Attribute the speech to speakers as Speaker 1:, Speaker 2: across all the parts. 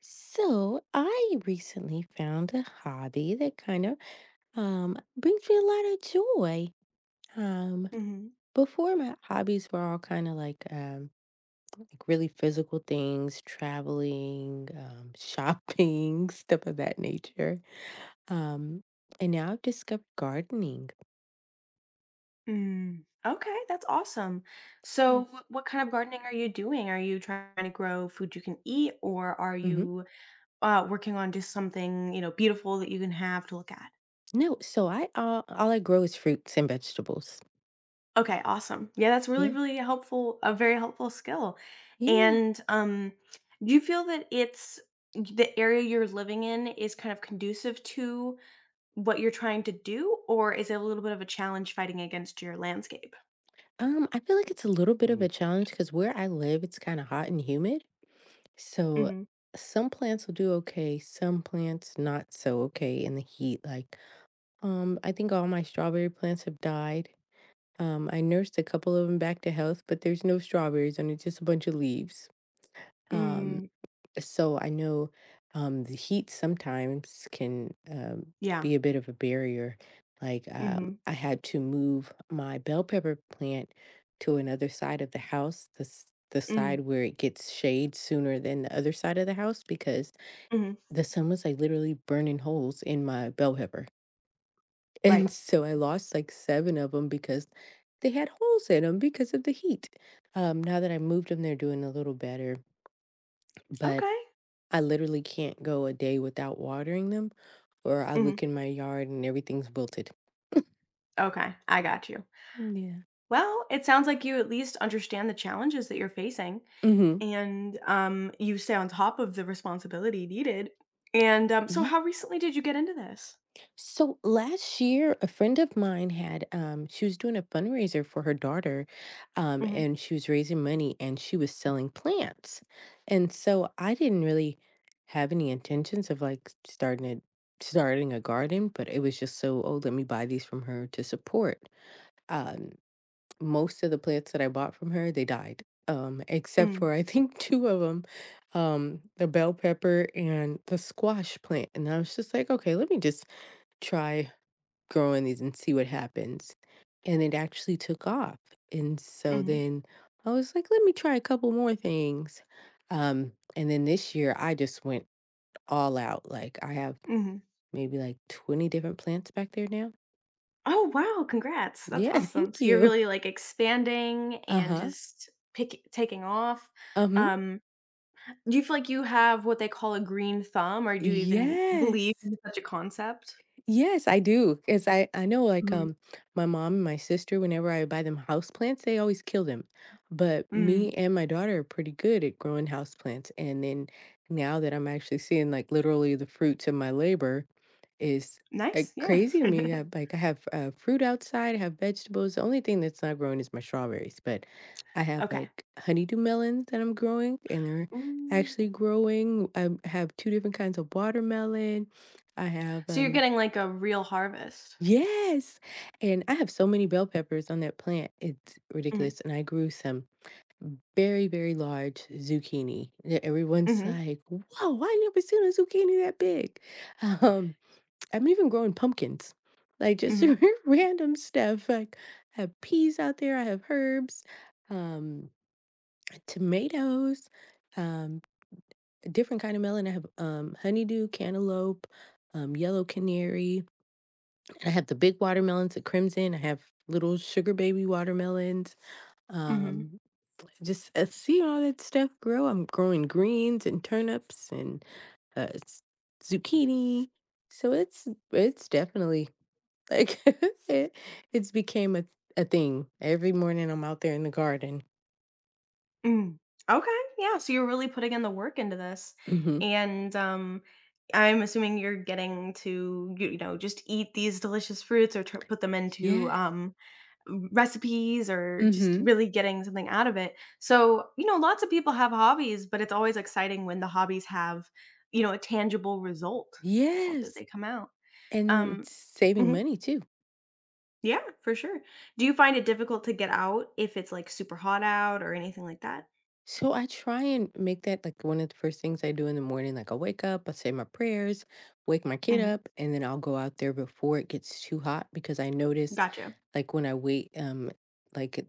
Speaker 1: So I recently found a hobby that kind of brings me a lot of joy. Um
Speaker 2: Mhm.
Speaker 1: Before my hobbies were all kind of like really physical things, traveling, shopping, stuff of that nature. Um and now I've discovered gardening.
Speaker 2: Mm. Okay, that's awesome.
Speaker 1: Yeah.
Speaker 2: So, what kind of gardening are you doing? Are you trying to grow food you can eat, or are
Speaker 1: Hmm.
Speaker 2: you working on just something you know beautiful that you can have to look at?
Speaker 1: No, so I all I grow is fruits and vegetables.
Speaker 2: Okay, awesome. Yeah, that's really,
Speaker 1: Yeah.
Speaker 2: really helpful. A very helpful skill.
Speaker 1: Yeah.
Speaker 2: And do you feel that it's the area you're living in is kind of conducive to what you're trying to do, or is it a little bit of a challenge fighting against your landscape?
Speaker 1: I feel like it's a little bit of a challenge because where I live, it's kind of hot and humid. So
Speaker 2: Mm-hmm.
Speaker 1: some plants will do okay, some plants not so okay in the heat. Like, I think all my strawberry plants have died. I nursed a couple of them back to health, but there's no strawberries on it, just a bunch of leaves. Um,
Speaker 2: Mm,
Speaker 1: so I know the heat sometimes can
Speaker 2: yeah.
Speaker 1: be a bit of a barrier. Like
Speaker 2: Mm-hmm.
Speaker 1: I had to move my bell pepper plant to another side of the house, the the
Speaker 2: Mm.
Speaker 1: side where it gets shade sooner than the other side of the house because
Speaker 2: Mhm.
Speaker 1: the sun was like literally burning holes in my bell pepper, and
Speaker 2: Right.
Speaker 1: so I lost like seven of them because they had holes in them because of the heat. Now that I moved them, they're doing a little better, but
Speaker 2: Okay.
Speaker 1: I literally can't go a day without watering them, or I
Speaker 2: Mhm.
Speaker 1: look in my yard and everything's wilted.
Speaker 2: Okay, I got you.
Speaker 1: Yeah.
Speaker 2: Well, it sounds like you at least understand the challenges that you're facing,
Speaker 1: Mhm.
Speaker 2: and, you stay on top of the responsibility needed, and, so
Speaker 1: Yeah.
Speaker 2: how recently did you get into this?
Speaker 1: So last year, a friend of mine had she was doing a fundraiser for her daughter,
Speaker 2: Mhm.
Speaker 1: and she was raising money and she was selling plants. And so I didn't really have any intentions of like starting a garden, but it was just so, oh, let me buy these from her to support. Um, Most of the plants that I bought from her, they died. Except
Speaker 2: Mm.
Speaker 1: for I think two of them, the bell pepper and the squash plant. And I was just like, okay, let me just try growing these and see what happens. And it actually took off. And so
Speaker 2: Mhm.
Speaker 1: then I was like, let me try a couple more things. And then this year I just went all out. Like I have
Speaker 2: Mhm.
Speaker 1: maybe like 20 different plants back there now.
Speaker 2: Oh, wow, congrats, that's
Speaker 1: Yeah,
Speaker 2: awesome.
Speaker 1: thank
Speaker 2: So you're
Speaker 1: you.
Speaker 2: really, like, expanding and
Speaker 1: Uh-huh.
Speaker 2: just pick taking off.
Speaker 1: Um,
Speaker 2: Um, do you feel like you have what they call a green thumb, or do you even
Speaker 1: yes.
Speaker 2: believe in such a concept?
Speaker 1: Yes, I do. 'Cause I know, like,
Speaker 2: Mhm.
Speaker 1: my mom and my sister, whenever I buy them houseplants, they always kill them, but
Speaker 2: Mm.
Speaker 1: me and my daughter are pretty good at growing houseplants, and then now that I'm actually seeing, like, literally the fruits of my labor is,
Speaker 2: Nice, yeah.
Speaker 1: crazy to me. I like, I have, fruit outside, I have vegetables, the only thing that's not growing is my strawberries, but I have,
Speaker 2: Okay.
Speaker 1: like, honeydew melons that I'm growing, and they're
Speaker 2: Ooh.
Speaker 1: actually growing, I have 2 different kinds of watermelon. I have,
Speaker 2: So you're
Speaker 1: um
Speaker 2: getting, like, a real harvest.
Speaker 1: Yes. And I have so many bell peppers on that plant. It's
Speaker 2: Mhm,
Speaker 1: ridiculous. And I grew some very, very large zucchini that everyone's
Speaker 2: mhm,
Speaker 1: like, whoa, I never seen a zucchini that big. Um, I'm even growing pumpkins, like just
Speaker 2: mhm,
Speaker 1: random stuff. Like I have peas out there, I have herbs, um, tomatoes, um, a different kind of melon. I have honeydew, cantaloupe, yellow canary. I have the big watermelons at Crimson. I have little sugar baby watermelons.
Speaker 2: mhm,
Speaker 1: Um, just see all that stuff grow. I'm growing greens and turnips and uh, s- zucchini. So it's definitely like it, it's became a thing. Every morning I'm out there in the garden.
Speaker 2: mm. Okay, yeah, so you're really putting in the work into this,
Speaker 1: Hmm.
Speaker 2: and, I'm assuming you're getting to, you know, just eat these delicious fruits or tur put them
Speaker 1: Yeah.
Speaker 2: into, recipes or just
Speaker 1: Hmm.
Speaker 2: really getting something out of it. So, you know, lots of people have hobbies, but it's always exciting when the hobbies have, you know, a tangible result, you know, that
Speaker 1: Yes.
Speaker 2: they come out.
Speaker 1: And
Speaker 2: Um
Speaker 1: it's saving
Speaker 2: mhm.
Speaker 1: money too.
Speaker 2: Yeah, for sure. Do you find it difficult to get out if it's, like, super hot out or anything like that?
Speaker 1: So I try and make that like one of the first things I do in the morning. Like I wake up, I say my prayers, wake my kid
Speaker 2: Mhm.
Speaker 1: up, and then I'll go out there before it gets too hot because I notice
Speaker 2: Gotcha.
Speaker 1: like when I wait like it-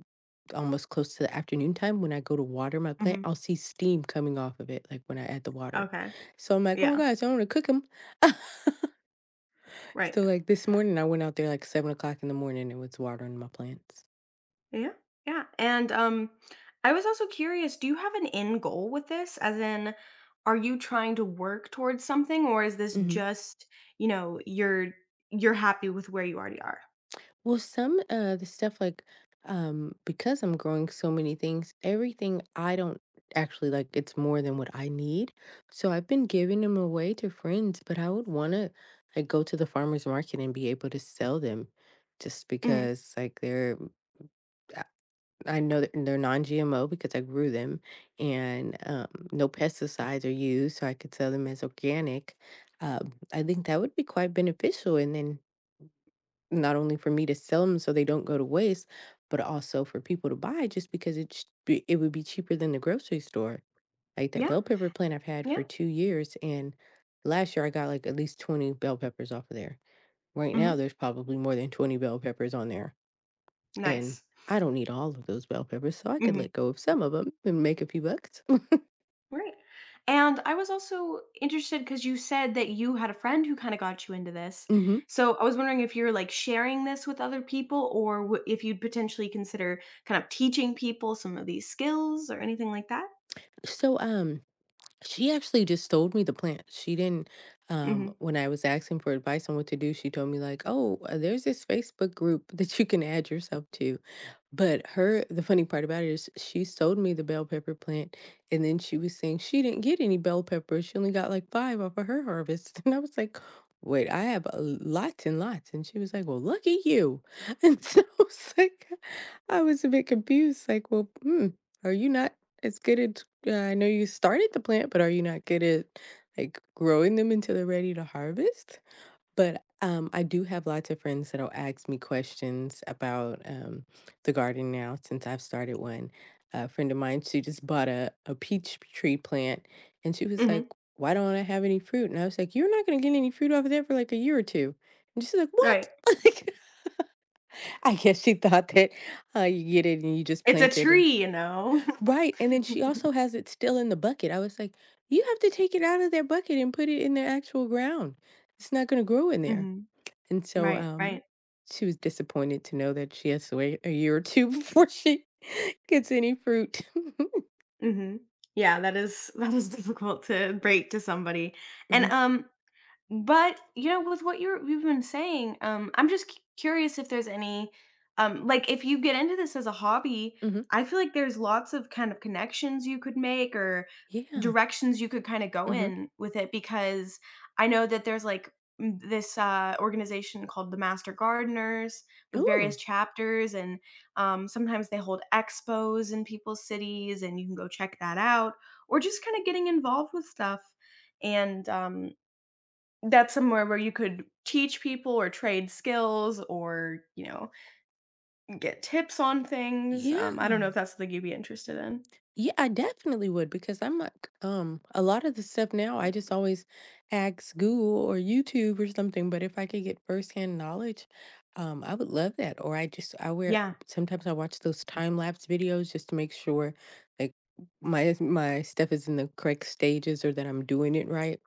Speaker 1: almost close to the afternoon time when I go to water my plant,
Speaker 2: Mhm.
Speaker 1: I'll see steam coming off of it like when I add the water.
Speaker 2: Okay.
Speaker 1: So I'm like, oh my
Speaker 2: Yeah.
Speaker 1: gosh, I want to cook them.
Speaker 2: Right.
Speaker 1: So like this morning I went out there like 7 o'clock in the morning and was watering my plants.
Speaker 2: Yeah. Yeah. And, I was also curious, do you have an end goal with this? As in, are you trying to work towards something, or is this
Speaker 1: Mm-hmm.
Speaker 2: just, you know, you're happy with where you already are?
Speaker 1: Well, some the stuff like because I'm growing so many things, everything I don't actually like it's more than what I need. So I've been giving them away to friends, but I would want to like go to the farmers market and be able to sell them just
Speaker 2: Mhm.
Speaker 1: because like they're mm, I I know that they're non-GMO because I grew them and no pesticides are used, so I could sell them as organic. Uh, I think that would be quite beneficial, and then not only for me to sell them so they don't go to waste, but also for people to buy just because it would be cheaper than the grocery store. Like that
Speaker 2: Yeah.
Speaker 1: bell pepper plant I've had
Speaker 2: Yeah.
Speaker 1: for 2 years, and last year I got like at least 20 bell peppers off of there. Right now,
Speaker 2: Mhm.
Speaker 1: there's probably more than 20 bell peppers on there, and
Speaker 2: Nice.
Speaker 1: I don't need all of those bell peppers, so I could let
Speaker 2: Mhm.
Speaker 1: go of some of them and make a few bucks.
Speaker 2: Right. And I was also interested because you said that you had a friend who kind of got you into this.
Speaker 1: hmm
Speaker 2: So I was wondering if you're like sharing this with other people or if you'd potentially consider kind of teaching people some of these skills or anything like that.
Speaker 1: So, she actually just told me the plant. She didn't,
Speaker 2: Hmm
Speaker 1: when I was asking for advice on what to do, she told me like, "Oh, there's this Facebook group that you can add yourself to." But her, the funny part about it is she sold me the bell pepper plant, and then she was saying she didn't get any bell peppers. She only got like five off of her harvest, and I was like, "Wait, I have a lots and lots." And she was like, "Well, look at you," and so I was like, I was a bit confused. Like, well, are you not? It's good at I know you started the plant, but are you not good at, like, growing them until they're ready to harvest? But, I do have lots of friends that'll ask me questions about, the garden now since I've started one. A friend of mine, she just bought a peach tree plant, and she was
Speaker 2: hmm
Speaker 1: like, "Why don't I have any fruit?" And I was like, "You're not gonna get any fruit off of that for, like, a year or 2." And she's like, "What?"
Speaker 2: Right.
Speaker 1: Like, I guess she thought that, you get it and you just
Speaker 2: It's a
Speaker 1: plant it.
Speaker 2: tree, you know.
Speaker 1: Right, and then she also has it still in the bucket. I was like, "You have to take it out of their bucket and put it in the actual ground. It's not gonna grow in there."
Speaker 2: hmm
Speaker 1: And so,
Speaker 2: Right. Right.
Speaker 1: she was disappointed to know that she has to wait a year or 2 before she gets any fruit.
Speaker 2: hmm Yeah, that is that is difficult to break to somebody. And
Speaker 1: Right.
Speaker 2: but, you know, with what you've been saying, I'm just c curious if there's any, like, if you get into this as a hobby,
Speaker 1: Mhm.
Speaker 2: I feel like there's lots of kind of connections you could make or
Speaker 1: Yeah.
Speaker 2: directions you could kinda go
Speaker 1: Mhm.
Speaker 2: in with it because I know that there's, like, this, organization called the Master Gardeners with
Speaker 1: Ooh,
Speaker 2: various chapters, and, sometimes they hold expos in people's cities, and you can go check that out, or just kinda getting involved with stuff. And, that's somewhere where you could teach people or trade skills or, you know, get tips on things. I don't know
Speaker 1: yeah.
Speaker 2: if that's something you'd be interested in.
Speaker 1: Yeah, I definitely would because I'm like, a lot of the stuff now, I just always ask Google or YouTube or something. But if I could get firsthand knowledge, I would love that. Or I just, I wear,
Speaker 2: Yeah.
Speaker 1: sometimes I watch those time lapse videos just to make sure like my stuff is in the correct stages or that I'm doing it right.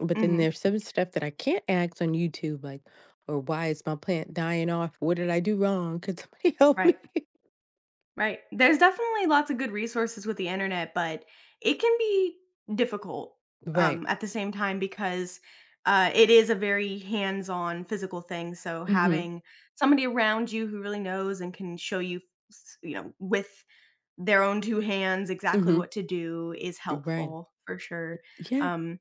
Speaker 1: But then
Speaker 2: Mhm.
Speaker 1: there's some stuff that I can't ask on YouTube, like, or why is my plant dying off? What did I do wrong? Could somebody help me?
Speaker 2: Right. Right. There's definitely lots of good resources with the internet, but it can be difficult
Speaker 1: Right.
Speaker 2: at the same time because it is a very hands-on physical thing. So
Speaker 1: Mm-hmm.
Speaker 2: having somebody around you who really knows and can show you, you know, with their own 2 hands exactly
Speaker 1: Mm-hmm.
Speaker 2: what to do is
Speaker 1: Right.
Speaker 2: helpful for sure.
Speaker 1: Yeah.
Speaker 2: Um,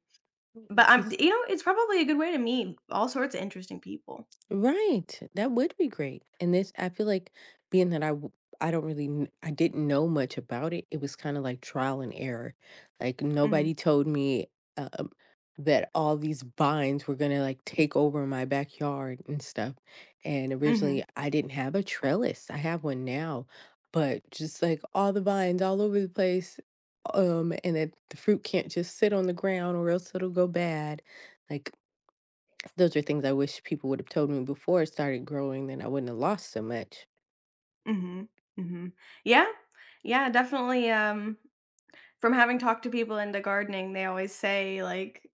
Speaker 1: Mm.
Speaker 2: but I'm
Speaker 1: 'Cause
Speaker 2: you know, it's probably a good way to meet all sorts of interesting people.
Speaker 1: right, that would be great, and this I feel like being that I don't really kn I didn't know much about it, it was kinda like trial and error, like, nobody
Speaker 2: Mhm,
Speaker 1: told me, uh, um, that all these vines were gonna, like, take over my backyard and stuff, and originally,
Speaker 2: mhm,
Speaker 1: I didn't have a trellis, I have one now, but just, like, all the vines all over the place, and that the fruit can't just sit on the ground or else it'll go bad, like those are things I wish people would have told me before it started growing, then I wouldn't have lost so much.
Speaker 2: mhm, mhm. Yeah, yeah, definitely, from having talked to people into gardening, they always say, like,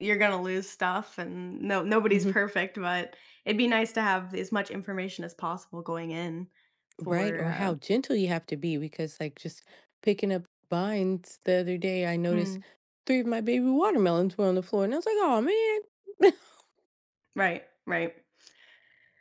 Speaker 2: "You're gonna lose stuff and no nobody's
Speaker 1: Mhm.
Speaker 2: perfect," but it'd be nice to have as much information as possible going in
Speaker 1: Right,
Speaker 2: for,
Speaker 1: or how gentle you have to be because, like, just picking up vines the other day, I noticed
Speaker 2: mm,
Speaker 1: 3 of my baby watermelons were on the floor, and I was like, "Oh man."
Speaker 2: right, right.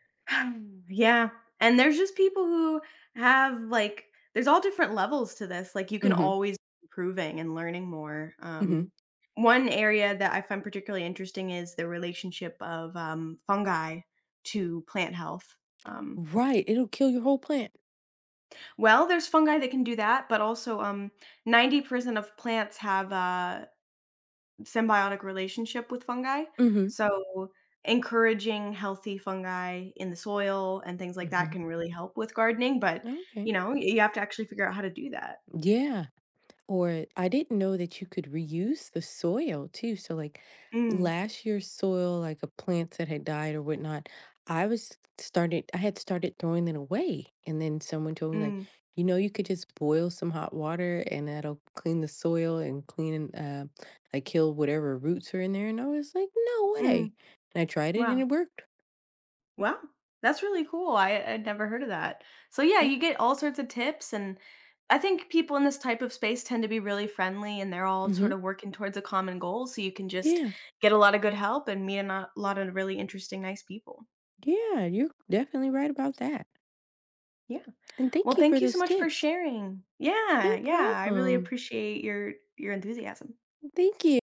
Speaker 2: Yeah, and there's just people who have, like, there's all different levels to this, like, you can
Speaker 1: Mhm,
Speaker 2: always be improving and learning more. Um,
Speaker 1: mhm.
Speaker 2: one area that I find particularly interesting is the relationship of, fungi to plant health. um,
Speaker 1: Right, it'll kill your whole plant.
Speaker 2: well, there's fungi that can do that, but also, 90% of plants have, symbiotic relationship with fungi.
Speaker 1: Mhm,
Speaker 2: So, encouraging healthy fungi in the soil and things like that
Speaker 1: mhm.
Speaker 2: can really help with gardening, but,
Speaker 1: Okay.
Speaker 2: you know, y you have to actually figure out how to do that.
Speaker 1: Yeah. Or I didn't know that you could reuse the soil too. So, like
Speaker 2: Mm,
Speaker 1: last year's soil, like a plants that had died or whatnot, I had started throwing it away. And then someone told me, like,
Speaker 2: mm,
Speaker 1: you could just boil some hot water and that'll clean the soil and clean, like kill whatever roots are in there. And I was like, no way.
Speaker 2: mm.
Speaker 1: And I tried it and
Speaker 2: Wow.
Speaker 1: it worked.
Speaker 2: Wow. That's really cool. I'd never heard of that. So, yeah,
Speaker 1: Yeah.
Speaker 2: you get all sorts of tips, and I think people in this type of space tend to be really friendly, and they're all
Speaker 1: Mm-hmm.
Speaker 2: sort of working towards a common goal, so you can just
Speaker 1: Yeah.
Speaker 2: get a lot of good help and meet a not lot of really interesting, nice people.
Speaker 1: Yeah. You're definitely right about that.
Speaker 2: Yeah.
Speaker 1: And thank
Speaker 2: Well,
Speaker 1: you for
Speaker 2: thank you so
Speaker 1: those
Speaker 2: much for
Speaker 1: tips.
Speaker 2: sharing. Yeah,
Speaker 1: No
Speaker 2: yeah, I really
Speaker 1: problem.
Speaker 2: appreciate your enthusiasm.
Speaker 1: Thank you.